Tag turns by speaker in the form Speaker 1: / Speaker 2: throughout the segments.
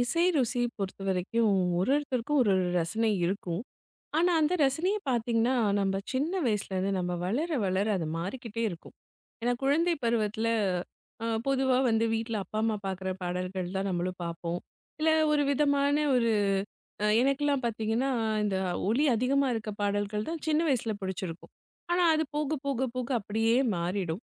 Speaker 1: இசை ருசி பொறுத்தவரைக்கும் ஒருத்தருக்கும் ஒரு ஒரு ரசனை இருக்கும். ஆனா, அந்த ரசனைய பார்த்தீங்கன்னா, நம்ம சின்ன வயசுலேருந்து நம்ம வளர அது மாறிக்கிட்டே இருக்கும். ஏன்னா, குழந்தை பருவத்தில பொதுவா வந்து வீட்ல அப்பா, அம்மா பார்க்குற பாடல்கள் தான் நம்மளும் பார்ப்போம். இல்ல ஒரு விதமான ஒரு அ எனக்கெல்லாம் பார்த்தீங்கன்னா, இந்த ஒலி அதிகமா இருக்க பாடல்கள் தான் சின்ன வயசுல பிடிச்சிருக்கும். ஆனா, அது போக அப்படியே மாறிடும்.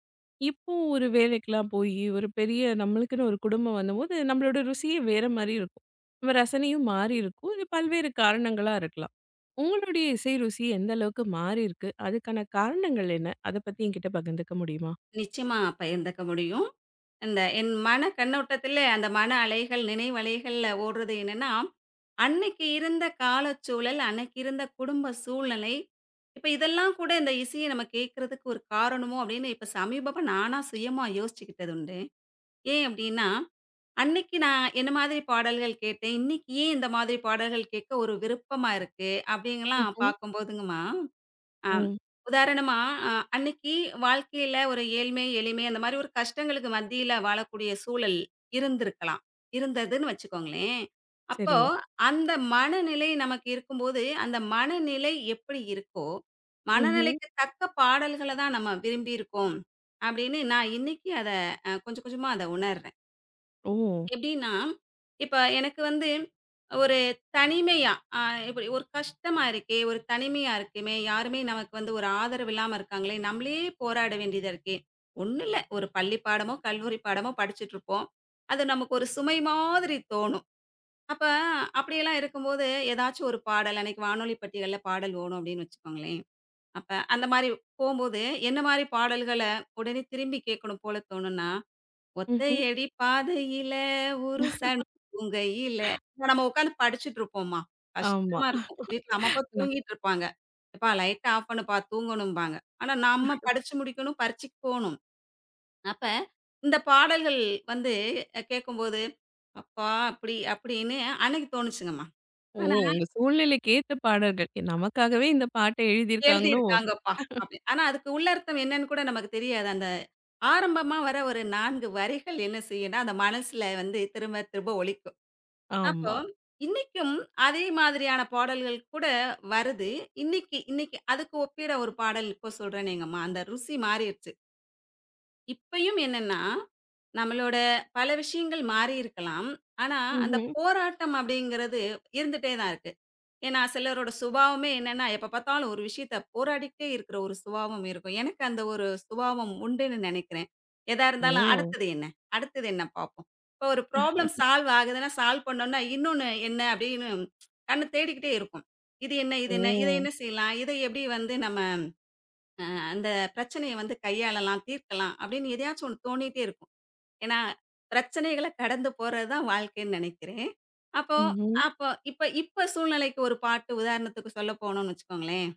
Speaker 1: இப்போ ஒரு வேலைக்கெல்லாம் போயி, ஒரு பெரிய நம்மளுக்குன்னு ஒரு குடும்பம் வந்தபோது, நம்மளோட ருசியே வேற மாரி இருக்கும். நம்ம ரசனையும் மாறி இருக்கும். இது பல்வேறு காரணங்களா இருக்கலாம். உங்களுடைய இசை ருசி எந்த அளவுக்கு மாறியிருக்கு? அதுக்கான காரணங்கள் என்ன? அத பத்தி என்கிட்ட பகிர்ந்துக்க முடியுமா?
Speaker 2: நிச்சயமா பகிர்ந்துக்க முடியும். இந்த என் மன கண்ணோட்டத்தில அந்த மன அலைகள், நினைவலைகள்ல ஓடுறது என்னன்னா, அன்னைக்கு இருந்த காலச்சூழல், அன்னைக்கு இருந்த குடும்ப சூழ்நிலை, இப்ப இதெல்லாம் கூட இந்த இசைய நம்ம கேட்கறதுக்கு ஒரு காரணமோ அப்படின்னு இப்ப சமீபமா நானா சுயமா யோசிச்சுக்கிட்டது உண்டு. ஏன் அப்படின்னா, அன்னைக்கு நான் என்ன மாதிரி பாடல்கள் கேட்டேன், இன்னைக்கு ஏன் இந்த மாதிரி பாடல்கள் கேட்க ஒரு விருப்பமா இருக்கு அப்படிங்கலாம்
Speaker 1: ம்ஹ்ம்.
Speaker 2: பார்க்கும்போதுங்கம்மா ஆ.
Speaker 1: ம்.
Speaker 2: உதாரணமா, அ அன்னைக்கு வாழ்க்கையில ஒரு ஏழ்மை, எளிமை அந்த மாரி ஒரு கஷ்டங்களுக்கு மத்தியில வாழக்கூடிய சூழல் இருந்திருக்கலாம். இருந்ததுன்னு வச்சுக்கோங்களேன். அப்போ
Speaker 1: சரி.
Speaker 2: அந்த மனநிலை நமக்கு இருக்கும்போது, அந்த மனநிலை எப்படி இருக்கோ,
Speaker 1: ம்ஹ்ம்.
Speaker 2: மனநிலைக்கு தக்க பாடல்கள தான் நம்ம விரும்பியிருக்கோம். அப்படின்னு நான் இன்னைக்கு அத கொஞ்சம் கொஞ்சமா அத உணர்றேன்.
Speaker 1: ஓ!
Speaker 2: எப்படின்னா, இப்ப எனக்கு வந்து ஒரு தனிமையா, அ இப்படி ஒரு கஷ்டமா இருக்கே, ஒரு தனிமையா இருக்குமே, யாருமே நமக்கு வந்து ஒரு ஆதரவு இல்லாம இருக்காங்களே, நம்மளே போராட வேண்டியதா இருக்கே. ஒண்ணும் இல்ல, ஒரு பள்ளி பாடமோ, கல்லூரி பாடமோ படிச்சுட்டுருப்போம். அது நமக்கு ஒரு சுமை மாதிரி தோணும். அப்ப அப்படியெல்லாம் இருக்கும்போது, ஏதாச்சும் ஒரு பாடல் அன்னைக்கு வானொலி பட்டியல்ல பாடல் ஓடும் அப்படின்னு வச்சுக்கோங்களேன். அப்ப அந்த மாரி போம்போது, என்ன மாரி பாடல்கள உடனே திரும்பி கேட்கணும் போல தோணும்னா
Speaker 1: ம்ஹ்ம்.
Speaker 2: ஒத்தையடி பாதையில ஒரு சனி பூங்கையில. இத நம்ம உட்காந்து படிச்சுட்டு இருப்போம்மா.
Speaker 1: ஆமா.
Speaker 2: கஷ்டமா இருக்கும். வீட்ல அம்மா, அப்பா தூங்கிட்டு இருப்பாங்க. "எப்பா லைட்ட ஆஃப் பண்ணுப்பா தூங்கணும்பாங்க." ஆனா நம்ம படிச்சு முடிக்கணும், பரீட்சைக்கு போணும். அப்ப இந்த பாடல்கள் வந்து கேட்கும்போது, "அப்பா" அப்படி அப்படின்னு அன்னைக்கு தோணுச்சுங்கம்மா.
Speaker 1: ஓ!
Speaker 2: ஆனா
Speaker 1: உங்க சூழ்நிலைக்கு ஏத்த பாடல்கள். நமக்காகவே இந்த பாட்ட எழுதியிருக்காங்களோ!
Speaker 2: எழுதியிருக்காங்கப்பா அப்படி. ஆனா அதுக்கு உள்ளர்த்தம் என்னன்னு கூட நமக்கு தெரியாது. அந்த ஆரம்பமா வர ஒரு 4 வரிகள் என்ன செய்யும்னா, அந்த மனசுல வந்து திரும்ப திரும்ப ஒலிக்கும். அப்போ,
Speaker 1: ஆமா.
Speaker 2: இன்னைக்கும் அதே மாதிரியான பாடல்கள் கூட வருது. இன்னைக்கு இன்னைக்கு அதுக்கு ஒப்பிட ஒரு பாடல் இப்போ சொல்றேனேங்கம்மா. அந்த ருசி மாறிருச்சு. இப்பயும் என்னன்னா, நம்மளோட பல விஷயங்கள் மாறியிருக்கலாம். ஆனா, அந்த
Speaker 1: ம்ஹ்ம்.
Speaker 2: போராட்டம் அப்படிங்கிறது இருந்துட்டே தான் இருக்கு. ஏன்னா, சிலரோட சுபாவமே என்னன்னா, எப்ப பார்த்தாலும் ஒரு விஷயத்த போராடிக்கிட்டே இருக்கிற ஒரு சுபாவம் இருக்கும். எனக்கு அந்த ஒரு சுபாவம் உண்டுன்னு நெனைக்கிறேன். எதா இருந்தாலும்
Speaker 1: ஓ!
Speaker 2: அடுத்தது என்ன? அடுத்தது என்ன பார்ப்போம். இப்போ ஒரு ப்ராப்ளம் சால்வ் ஆகுதுன்னா, சால்வ் பண்ணோம்னா, இன்னொன்னு என்ன அப்படின்னு கண்ணு தேடிக்கிட்டே இருக்கும். இது என்ன? இது என்ன? இத
Speaker 1: ஓ!
Speaker 2: என்ன செய்யலாம்? இதை எப்படி வந்து நம்ம அ அந்த பிரச்சனைய வந்து கையாளலாம், தீர்க்கலாம் அப்படின்னு எதையாச்சும் ஒண்ணு தோணிட்டே இருக்கும். ஏன்னா, பிரச்சனைகள கடந்து போறது தான் வாழ்க்கைன்னு நெனைக்கிறேன். அப்போ
Speaker 1: ம்ஹ்ம்.
Speaker 2: அப்போ இப்ப இப்ப சூழ்நிலைக்கு ஒரு பாட்டு உதாரணத்துக்கு சொல்ல போனோம்னு வச்சுக்கோங்களேன்.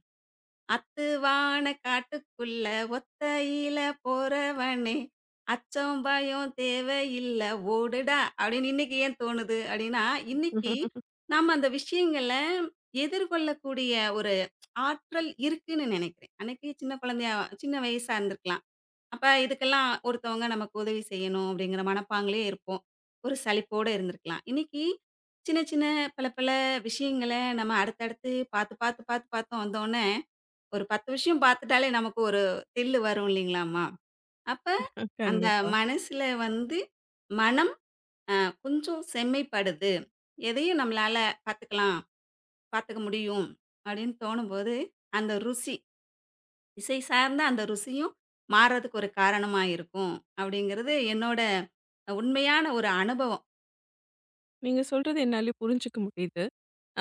Speaker 2: "அத்துவான காட்டுக்குள்ள ஒத்தையில போறவனே, அச்சம் பயம் தேவையில்ல ஓடுடா" அப்படின்னு இன்னைக்கு ஏன் தோணுது அப்படின்னா, இன்னைக்கு நம்ம அந்த விஷயங்கள எதிர்கொள்ளக்கூடிய ஒரு ஆற்றல் இருக்குன்னு நெனைக்கிறேன். அன்னைக்கு சின்ன குழந்தையா சின்ன வயசா இருந்திருக்கலாம். அப்ப இதுக்கெல்லாம் ஒருத்தவங்க நமக்கு உதவி செய்யணும் அப்படிங்கிற மனப்பாங்கிலே இருப்போம். ஒரு சலிப்போட இருந்திருக்கலாம். இன்னைக்கு சின்ன, சின்ன பல, பல விஷயங்கள நம்ம அடுத்தடுத்து பார்த்து, பார்த்து, பார்த்து, பார்த்து வந்தோனே, ஒரு 10 விஷயம் பார்த்துட்டாலே நமக்கு ஒரு தில்லு வரும் இல்லைங்களாம்மா? அப்ப அந்த
Speaker 1: கண்டிப்பா.
Speaker 2: மனசுல வந்து மனம் அ கொஞ்சம் செம்மைப்படுது. எதையும் நம்மளால பார்த்துக்கலாம், பார்த்துக்க முடியும் அப்படின்னு தோணும்போது, அந்த ருசி இசை சார்ந்த அந்த ருசியும் மாறதுக்கு ஒரு காரணமா இருக்கும். அப்படிங்கிறது என்னோட உண்மையான ஒரு அனுபவம்.
Speaker 1: நீங்க சொல்றது என்னாலயும் புரிஞ்சுக்க முடியுது.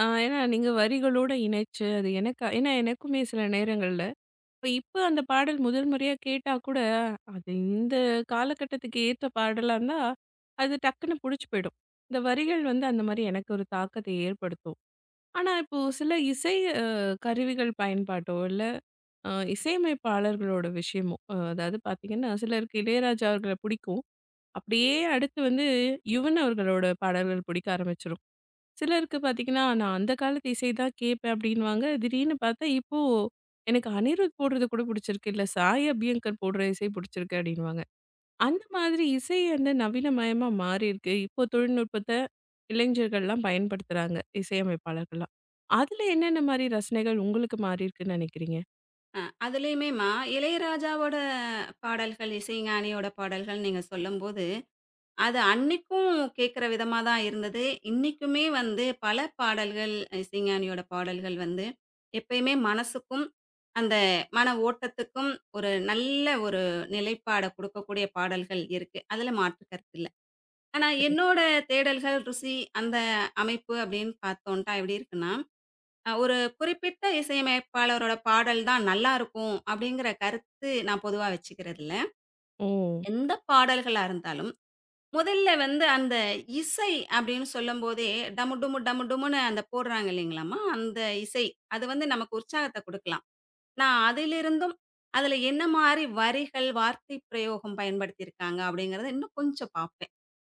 Speaker 1: ஏன்னா நீங்க வரிகளோட இணைச்சு அது எனக்கா ஏன்னா எனக்குமே சில நேரங்கள்ல இப்ப இப்ப அந்த பாடல் முதல் முறையா கேட்டா கூட, அது இந்த காலகட்டத்துக்கு ஏற்ற பாடலா இருந்தா, அது டக்குன்னு புடிச்சு போயிடும். இந்த வரிகள் வந்து அந்த மாரி எனக்கு ஒரு தாக்கத்தை ஏற்படுத்தும். ஆனா, இப்போ சில இசை அ கருவிகள் பயன்பாட்டோ, இல்ல இசையமைப்பாளர்களோட விஷயமோ, அதாவது பார்த்தீங்கன்னா, சிலருக்கு இளையராஜா அவர்கள பிடிக்கும். அப்படியே அடுத்து வந்து யுவன் அவர்களோட பாடல்கள் பிடிக்க ஆரம்பிச்சுரும். சிலருக்கு பார்த்தீங்கன்னா, நான் அந்த காலத்து இசை தான் கேட்பேன் அப்படின்னுவாங்க. திடீர்னு பார்த்தா, இப்போ எனக்கு அனிருத் போடுறது கூட பிடிச்சிருக்கு. இல்ல சாய் அபியங்கர் போடுற இசை பிடிச்சிருக்கு அப்படின்னுவாங்க. அந்த மாதிரி இசை வந்து நவீனமயமா மாறியிருக்கு. இப்போ தொழில்நுட்பத்த இளைஞர்கள்லாம் பயன்படுத்துறாங்க, இசையமைப்பாளர்கள்லாம். அதுல என்னென்ன மாரி ரசனைகள் உங்களுக்கு மாறியிருக்குன்னு நெனைக்கிறீங்க?
Speaker 2: அதுலயுமேம்மா இளையராஜாவோட பாடல்கள், இசைஞானியோட பாடல்கள் நீங்க சொல்லும்போது, அது அன்னைக்கும் கேட்கிற விதமா தான் இருந்தது. இன்னைக்குமே வந்து பல பாடல்கள் இசைஞானியோட பாடல்கள் வந்து எப்பயுமே மனசுக்கும், அந்த மன ஓட்டத்துக்கும் ஒரு நல்ல ஒரு நிலைப்பாட குடுக்கக்கூடிய பாடல்கள் இருக்கு. அதுல மாற்று கருத்து இல்ல. ஆனா,
Speaker 1: ம்.
Speaker 2: என்னோட தேடல்கள், ருசி அந்த அமைப்பு அப்படின்னு பார்த்தோன்ட்டா எப்படி இருக்குன்னா, ஒரு குறிப்பிட்ட இசையமைப்பாளரோட பாடல் தான் நல்லாருக்கும் அப்படிங்கிற கருத்து நான் பொதுவா வச்சுக்கிறதில்ல.
Speaker 1: ஓ!
Speaker 2: எந்த பாடல்களா இருந்தாலும், முதல்ல வந்து அந்த இசை அப்படின்னு சொல்லும்போதே, டமு டுமு டமு டுமுன்னு அந்த போடுறாங்க இல்லைங்களாம்மா, அந்த இசை. அது வந்து நமக்கு உற்சாகத்த குடுக்கலாம். நான் அதிலிருந்தும், அதில என்ன மாரி வரிகள், வார்த்தை பிரயோகம் பயன்படுத்தியிருக்காங்க அப்படிங்கிறத இன்னும் கொஞ்சம் பார்ப்பேன்.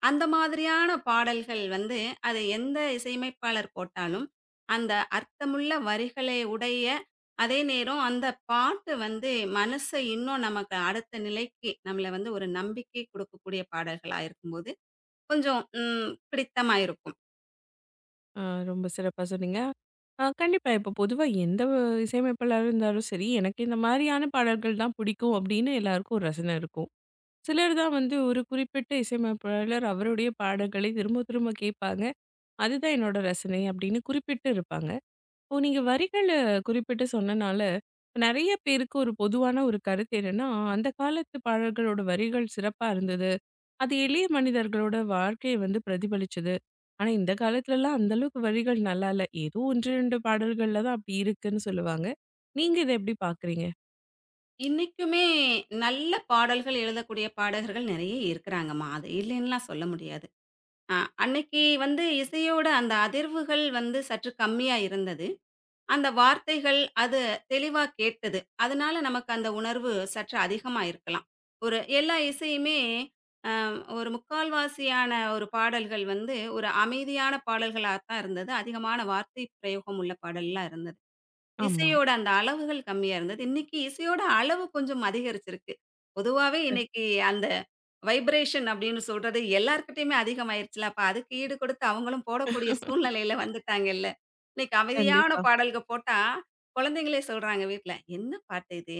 Speaker 2: அந்த மாதிரியான பாடல்கள் வந்து, அது எந்த இசையமைப்பாளர் போட்டாலும், அந்த அர்த்தமுள்ள வரிகளை உடைய, அதே நேரம் அந்த பாட்டு வந்து மனச இன்னும் நமக்கு அடுத்த நிலைக்கு, நம்மள வந்து ஒரு நம்பிக்கை குடுக்கக்கூடிய பாடல்களா இருக்கும்போது, கொஞ்சம் பிடித்தமா இருக்கும்.
Speaker 1: அ ரொம்ப சிறப்பா சொன்னீங்க. கண்டிப்பா இப்போ பொதுவா எந்த இசையமைப்பாளரா இருந்தாலும் சரி, எனக்கு இந்த மாரியான பாடல்கள் தான் பிடிக்கும் அப்படின்னு எல்லாருக்கும் ஒரு ரசனை இருக்கும். சிலர் தான் வந்து ஒரு குறிப்பிட்ட இசையமைப்பாளர் அவருடைய பாடல்களை திரும்ப திரும்ப கேட்பாங்க. அதுதான் என்னோட ரசனை அப்படின்னு குறிப்பிட்டு இருப்பாங்க. இப்போ நீங்க வரிகள குறிப்பிட்டு சொன்னனால, நெறைய பேருக்கு ஒரு பொதுவான ஒரு கருத்து என்னன்னா, அந்த காலத்து பாடல்களோட வரிகள் சிறப்பா இருந்தது. அது எளிய மனிதர்களோட வாழ்க்கைய வந்து பிரதிபலிச்சது. ஆனா இந்த காலத்துலலாம் அந்த அளவுக்கு வரிகள் நல்லா இல்ல. ஏதோ 1, 2 பாடல்கள்ல தான் அப்படி இருக்குன்னு சொல்லுவாங்க. நீங்க இத எப்படி பார்க்குறீங்க?
Speaker 2: இன்னைக்குமே நல்ல பாடல்கள் எழுதக்கூடிய பாடகர்கள் நெறைய இருக்கிறாங்கம்மா. அது இல்லைன்னுலாம் சொல்ல முடியாது. அ அன்னைக்கு வந்து இசையோட அந்த அதிர்வுகள் வந்து சற்று கம்மியா இருந்தது. அந்த வார்த்தைகள் அது தெளிவா கேட்டது. அதனால நமக்கு அந்த உணர்வு சற்று அதிகமா இருக்கலாம். ஒரு எல்லா இசையுமே அ ஒரு முக்கால்வாசியான ஒரு பாடல்கள் வந்து ஒரு அமைதியான பாடல்களா தான் இருந்தது. அதிகமான வார்த்தை பிரயோகம் உள்ள பாடல்லாம் இருந்தது.
Speaker 1: ஆமா.
Speaker 2: இசையோட அந்த அளவுகள் கம்மியா இருந்தது. இன்னைக்கு இசையோட அளவு கொஞ்சம் அதிகரிச்சிருக்கு. பொதுவாவே இன்னைக்கு அந்த வைப்ரேஷன் அப்படின்னு சொல்றது எல்லார்கிட்டயுமே அதிகமாயிருச்சுல. அப்ப அதுக்கு ஈடு கொடுத்து அவங்களும் போடக்கூடிய சூழ்நிலையில வந்துட்டாங்கல்ல. இன்னைக்கு அமைதியான
Speaker 1: கண்டிப்பா.
Speaker 2: பாடல்க போட்டா, குழந்தைங்களே சொல்றாங்க வீட்ல, "என்ன பாட்டு இது?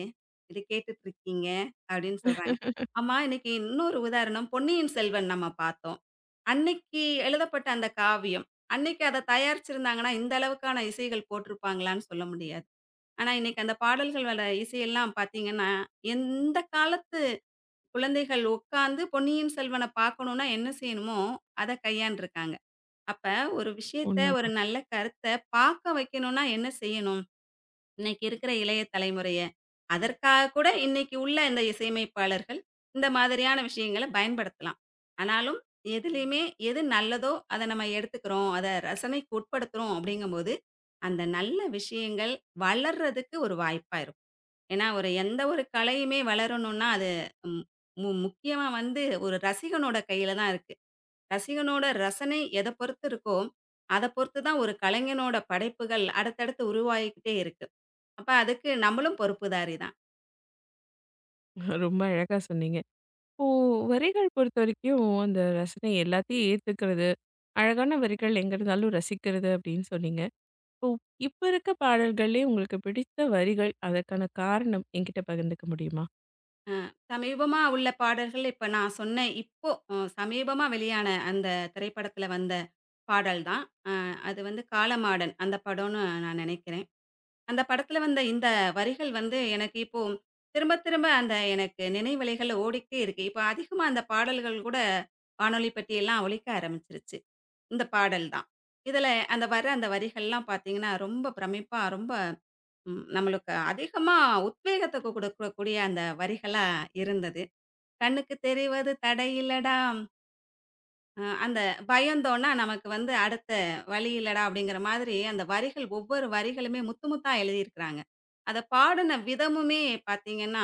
Speaker 2: இது கேட்டுட்டு இருக்கீங்க" அப்படின்னு சொல்றாங்க. ஆமா, இன்னைக்கு இன்னொரு உதாரணம் பொன்னியின் செல்வன் நம்ம பார்த்தோம். அன்னைக்கு எழுதப்பட்ட அந்த காவியம். அன்னைக்கு அத தயாரிச்சிருந்தாங்கன்னா, இந்த அளவுக்கான இசைகள் போட்டிருப்பாங்களான்னு சொல்ல முடியாது. ஆனா, இன்னைக்கு அந்த பாடல்கள் வர இசையெல்லாம் பார்த்தீங்கன்னா, எந்த காலத்து குழந்தைகள் உட்கார்ந்து பொன்னியின் செல்வன பார்க்கணும்னா என்ன செய்யணுமோ, அத கையாண்டுருக்காங்க. அப்ப ஒரு விஷயத்த, ஒரு
Speaker 1: உண்மதான்.
Speaker 2: நல்ல கருத்த பார்க்க வைக்கணும்னா என்ன செய்யணும்? இன்னைக்கு இருக்கிற இளைய தலைமுறைய, அதற்காக கூட இன்னைக்கு உள்ள இந்த இசையமைப்பாளர்கள், இந்த மாதிரியான விஷயங்கள பயன்படுத்தலாம். ஆனாலும் எதுலயுமே எது நல்லதோ, அத நம்ம எடுத்துக்கிறோம். அத ரசனைக்கு உட்படுத்துறோம் அப்படிங்கும்போது, அந்த நல்ல விஷயங்கள் வளர்றதுக்கு ஒரு வாய்ப்பா இருக்கும். ஏன்னா ஒரு எந்த ஒரு கலையுமே வளரணும்னா, அது ம் மு முக்கியமா வந்து ஒரு ரசிகனோட கையில தான் இருக்கு. ரசிகனோட ரசனை எத பொறுத்து இருக்கோ, அத பொறுத்து தான் ஒரு கலைஞனோட படைப்புகள் அடுத்தடுத்து உருவாகிக்கிட்டே இருக்கு. அப்ப அதுக்கு நம்மளும் பொறுப்புதாரி தான்.
Speaker 1: ரொம்ப அழகா சொன்னீங்க. இப்போ வரிகள் பொறுத்தவரைக்கும் அந்த ரசனை எல்லாத்தையும் ஏத்துக்கிறது, அழகான வரிகள் எங்க இருந்தாலும் ரசிக்கிறது அப்படின்னு சொன்னீங்க. இப்போ இப்ப இருக்க பாடல்கள்லயே உங்களுக்கு பிடித்த வரிகள், அதற்கான காரணம் என்கிட்ட பகிர்ந்துக்க முடியுமா?
Speaker 2: சமீபமா உள்ள பாடல்கள் இப்ப நான் சொன்ன இப்போ சமீபமா வெளியான அந்த திரைப்படத்துல வந்த பாடல் தான். அ அது வந்து காலமாடன் அந்த படம்னு நான் நினைக்கிறேன். அந்த படத்துல வந்த இந்த வரிகள் வந்து எனக்கு இப்போ திரும்ப திரும்ப அந்த எனக்கு நினைவலைகள் ஓடிக்கிட்டே இருக்கு. இப்ப அதிகமா அந்த பாடல்கள் கூட வானொலி பெட்டியெல்லாம் ஒலிக்க ஆரம்பிச்சுருச்சு. இந்த பாடல் தான். இதுல அந்த வரிகள்லாம் பார்த்தீங்கன்னா, ரொம்ப பிரமிப்பா ரொம்ப நம்மளுக்கு அதிகமா உத்வேகத்த குடுக்கக்கூடிய அந்த வரிகளா இருந்தது. "கண்ணுக்கு தெரிவது தடையில்லடா! அந்த பயந்தோம்னா, நமக்கு வந்து அடுத்த வழி இல்லடா! அப்படிங்கிற மாதிரி அந்த வரிகள் ஒவ்வொரு வரிகளுமே முத்து முத்தா எழுதியிருக்கிறாங்க. அத பாடுன விதமுமே பார்த்தீங்கன்னா,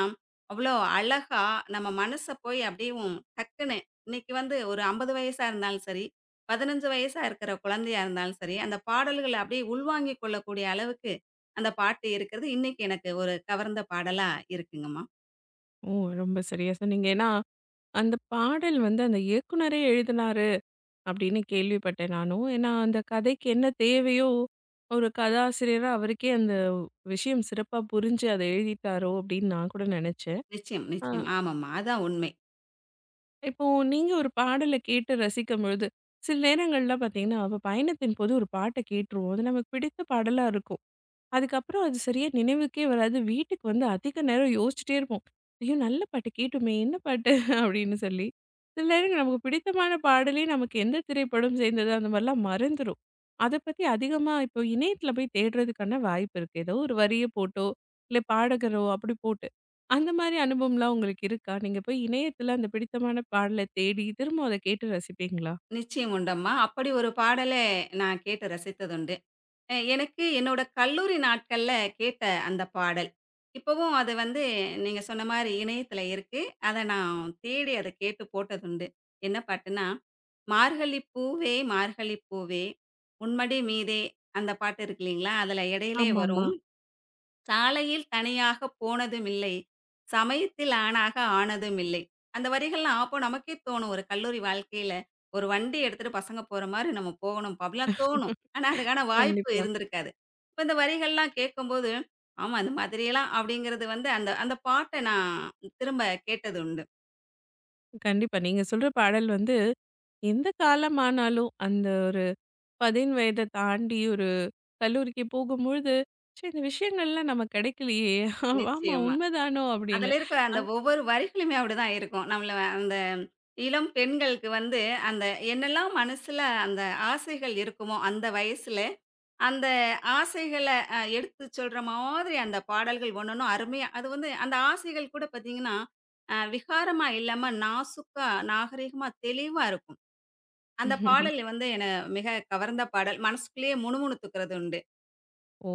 Speaker 2: அவ்வளோ அழகா நம்ம மனச போய் அப்படியும் டக்குன்னு இன்னைக்கு வந்து ஒரு 50 வயசா இருந்தாலும் சரி, 15 வயசா இருக்கிற குழந்தையா இருந்தாலும் சரி, அந்த பாடல்கள அப்படியே உள்வாங்கிக் கொள்ளக்கூடிய அளவுக்கு அந்த பாட்டு இருக்கிறது. இன்னைக்கு எனக்கு ஒரு கவர்ந்த பாடலா இருக்குங்கம்மா.
Speaker 1: ஓ! ரொம்ப சரியா சொன்னீங்க. ஏன்னா, அந்த பாடல் வந்து அந்த இயக்குனரே எழுதினாரு அப்படின்னு கேள்விப்பட்டேன் நானும். ஏன்னா, அந்த கதைக்கு என்ன தேவையோ, ஒரு கதாசிரியரா அவருக்கே அந்த விஷயம் சிறப்பா புரிஞ்சு அத எழுதிட்டாரோ! அப்படின்னு நான் கூட நெனச்சேன்.
Speaker 2: நிச்சயம்,
Speaker 1: அ
Speaker 2: நிச்சயம். ஆமாம்மா. அதான் உண்மை.
Speaker 1: இப்போ நீங்க ஒரு பாடல கேட்டு ரசிக்கும்பொழுது, சில நேரங்கள்லாம் பார்த்தீங்கன்னா, அப்ப பயணத்தின் போது ஒரு பாட்ட கேட்டுருவோம். அது நமக்கு பிடித்த பாடலா இருக்கும். அதுக்கப்புறம் அது சரியா நினைவுக்கே வராது. வீட்டுக்கு வந்து அதிக நேரம் யோசிச்சுட்டே இருப்போம். ஐயோ! நல்ல பாட்டு கேட்டோமே! என்ன பாட்டு? அப்படின்னு சொல்லி. சில நேரம் நமக்கு பிடித்தமான பாடலே நமக்கு எந்த திரைப்படம் சேர்ந்தது அந்த மாரிலாம் மறந்துரும். அத பத்தி அதிகமா இப்போ இணையத்தில போய் தேடுறதுக்கான வாய்ப்பு இருக்கு. ஏதோ ஒரு வரிய போட்டோ, இல்ல பாடகரோ அப்படி போட்டு. அந்த மாரி அனுபவம்லாம் உங்களுக்கு இருக்கா? நீங்க போய் இணையத்தில அந்த பிடித்தமான பாடல தேடி திரும்ப அத கேட்டு ரசிப்பீங்களா?
Speaker 2: நிச்சயம் உண்டம்மா. அப்படி ஒரு பாடல நான் கேட்டு ரசித்ததுண்டு. எனக்கு என்னோட கல்லூரி நாட்கள்ல கேட்ட அந்த பாடல். இப்பவும் அது வந்து நீங்க சொன்ன மாரி இணையத்தில இருக்கு. அத நான் தேடி அத கேட்டு போட்டதுண்டு. என்ன பாட்டுன்னா, "மார்கழி பூவே மார்கழி பூவே, உன்மடி மீதே" அந்த பாட்டு இருக்கு இல்லைங்களா? அதில இடையிலே
Speaker 1: ஆமாமா.
Speaker 2: வரும். சாலையில் தனியாக போனதுமில்லை. சமயத்தில் ஆணாக ஆனதுமில்லை. அந்த வரிகள்லாம் அப்போ நமக்கே தோணும். ஒரு கல்லூரி வாழ்க்கையில, ஒரு வண்டி எடுத்துட்டு பசங்க போற மாரி நம்ம போகணும்ப்பா! அப்படிலாம் தோணும். ஆனா, அதுக்கான வாய்ப்பு
Speaker 1: கண்டிப்பா.
Speaker 2: இருந்திருக்காது. இப்ப இந்த வரிகள்லாம் கேட்கும்போது, ஆமா இந்த மாதிரியெல்லாம் அப்படிங்கிறது வந்து அந்த அந்த பாட்ட நான் திரும்ப கேட்டது உண்டு.
Speaker 1: கண்டிப்பா. நீங்க சொல்ற பாடல் வந்து, எந்த காலமானாலும் அந்த ஒரு 15 வயத தாண்டி ஒரு கல்லூரிக்கு போகும்பொழுது, "ச்சே! இந்த விஷயங்கள்லாம் நமக்கு கிடைக்கலையே! ஆமா
Speaker 2: நிச்சயமா.
Speaker 1: உண்மைதானோ!" அப்படின்னு.
Speaker 2: அதுல இருக்க அந்த ஒவ்வொரு வரிகளுமே அப்படிதான் இருக்கும். நம்மள அந்த இளம் பெண்களுக்கு வந்து அந்த என்னெல்லாம் மனசுல அந்த ஆசைகள் இருக்குமோ, அந்த வயசுல, அந்த ஆசைகள எடுத்து சொல்ற மாதிரி அந்த பாடல்கள் ஒண்ணொண்ணும் அருமையா அது வந்து அந்த ஆசைகள் கூட பார்த்தீங்கன்னா, விகாரமா இல்லாம நாசூக்கா, நாகரீகமா, தெளிவா இருக்கும்.
Speaker 1: அ
Speaker 2: அந்த பாடல் வந்து என்ன மிக கவர்ந்த பாடல். மனசுக்குள்ளேயே முணுமுணுத்துக்கிறது உண்டு.
Speaker 1: ஓ!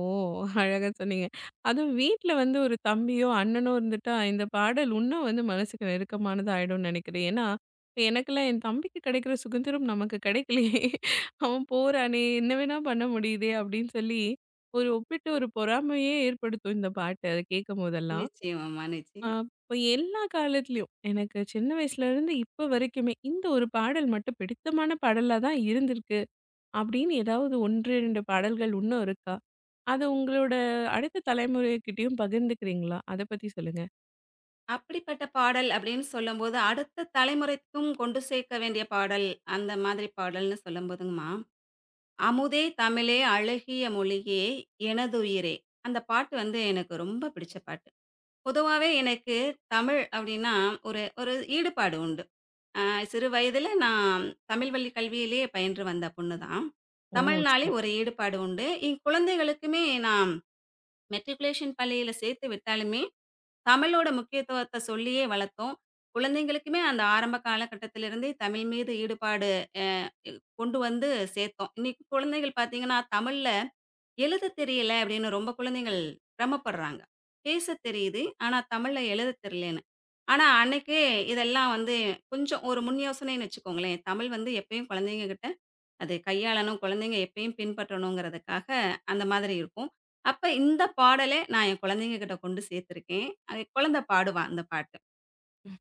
Speaker 1: அழகா சொன்னீங்க. அதுவும் வீட்ல வந்து ஒரு தம்பியோ, அண்ணனோ இருந்துட்டா, இந்த பாடல் இன்னும் வந்து மனசுக்கு நெருக்கமானதா ஆயிடும்னு நினைக்கிறேன். ஏன்னா, இப்ப எனக்கெல்லாம் என் தம்பிக்கு கிடைக்கிற சுதந்திரம் நமக்கு கிடைக்கலையே! அவன் போறானே! என்ன வேணா பண்ண முடியுதே! அப்படின்னு சொல்லி, ஒரு ஒப்பிட்டு ஒரு பொறாமையே ஏற்படுத்தும் இந்த பாட்டு. அத கேட்கும்போதெல்லாம்.
Speaker 2: நிச்சயமாம்மா,
Speaker 1: அ
Speaker 2: நிச்சயம்.
Speaker 1: அப்ப எல்லா காலத்துலயும், எனக்கு சின்ன வயசுலருந்து இப்ப வரைக்குமே, இந்த ஒரு பாடல் மட்டும் பிடித்தமான பாடலா தான் இருந்திருக்கு. அப்படின்னு ஏதாவது 1, 2 பாடல்கள் இன்னும் இருக்கா? அது உங்களோட அடுத்த தலைமுறைகிட்டயும் பகிர்ந்துக்கிறீங்களா? அத பத்தி சொல்லுங்க.
Speaker 2: அப்படிப்பட்ட பாடல் அப்படின்னு சொல்லும்போது, அடுத்த தலைமுறைக்கும் கொண்டு சேர்க்க வேண்டிய பாடல், அந்த மாதிரி பாடல்ன்னு சொல்லும்போதுங்கம்மா, "அமுதே தமிழே அழகிய மொழியே எனதுயிரே" அந்த பாட்டு வந்து எனக்கு ரொம்ப பிடிச்ச பாட்டு. பொதுவாவே எனக்கு தமிழ் அப்படின்னா ஒரு ஒரு ஈடுபாடு உண்டு. அ சிறு வயதில நான் தமிழ் வழி கல்வியிலேயே பயின்று வந்த பொண்ணு தான்.
Speaker 1: ஓ!
Speaker 2: தமிழ்னாலே ஒரு
Speaker 1: சிறப்பு.
Speaker 2: ஈடுபாடு உண்டு. என் குழந்தைகளுக்குமே நான் மெட்ரிகுலேஷன் பள்ளியில சேர்த்து விட்டாலுமே தமிழோட முக்கியத்துவத்த சொல்லியே வளர்த்தோம். குழந்தைங்களுக்குமே அந்த ஆரம்ப காலகட்டத்திலிருந்தே தமிழ் மீது ஈடுபாடு அ கொண்டு வந்து சேர்த்தோம். இன்னைக்கு குழந்தைகள் பார்த்தீங்கன்னா, தமிழ்ல எழுத தெரியல அப்படின்னு ரொம்ப குழந்தைகள் சிரமப்படுறாங்க. பேச தெரியுது. ஆனா தமிழ்ல எழுத தெரியலன்னு. ஆனா அன்னைக்கே இதெல்லாம் வந்து கொஞ்சம் ஒரு முன் யோசனைன்னு வச்சுக்கோங்களேன். தமிழ் வந்து எப்பயும் குழந்தைங்க கிட்ட அது கையாளணும், குழந்தைங்க எப்பயும் பின்பற்றணுங்கிறதுக்காக, அந்த மாதிரி இருக்கும். அப்ப இந்த பாடலே நான் என் குழந்தைங்க கிட்ட கொண்டு சேர்த்துருக்கேன். அது குழந்தை பாடுவா அந்த பாட்டு.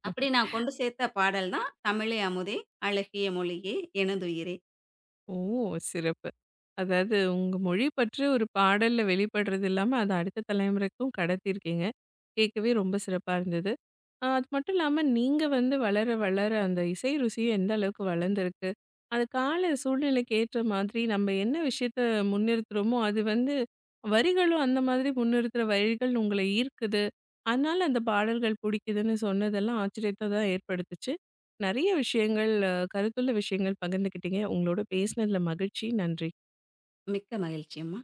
Speaker 2: அப்படி நான் கொண்டு சேர்த்த பாடல் தான் "தமிழே அமுதே அழகிய மொழியே எனதுயிரே
Speaker 1: ஓ! சிறப்பு. அதாவது உங்க மொழி பற்றி ஒரு பாடல்ல வெளிப்படுறது இல்லாம, அத அடுத்த தலைமுறைக்கும் கடத்தியிருக்கீங்க. கேட்கவே ரொம்ப சிறப்பா இருந்தது. ஆ, அது மட்டும் இல்லாம நீங்க வந்து வளர அந்த இசை ருசியும் எந்த அளவுக்கு வளர்ந்திருக்கு. அது கால சூழ்நிலைக்கு ஏற்ற மாதிரி நம்ம என்ன விஷயத்த முன்னிறுத்துறோமோ, அது வந்து வரிகளும் அந்த மாதிரி முன்னிறுத்துற வரிகள் உங்கள ஈர்க்குது. அதனால அந்த பாடல்கள் பிடிக்குதுன்னு சொன்னதெல்லாம் ஆச்சரியத்த தான் ஏற்படுத்துச்சு. நெறைய விஷயங்கள், கருத்துள்ள விஷயங்கள் பகிர்ந்துக்கிட்டீங்க. உங்களோட பேசினதுல மகிழ்ச்சி. நன்றி.
Speaker 2: மிக்க மகிழ்ச்சி அம்மா."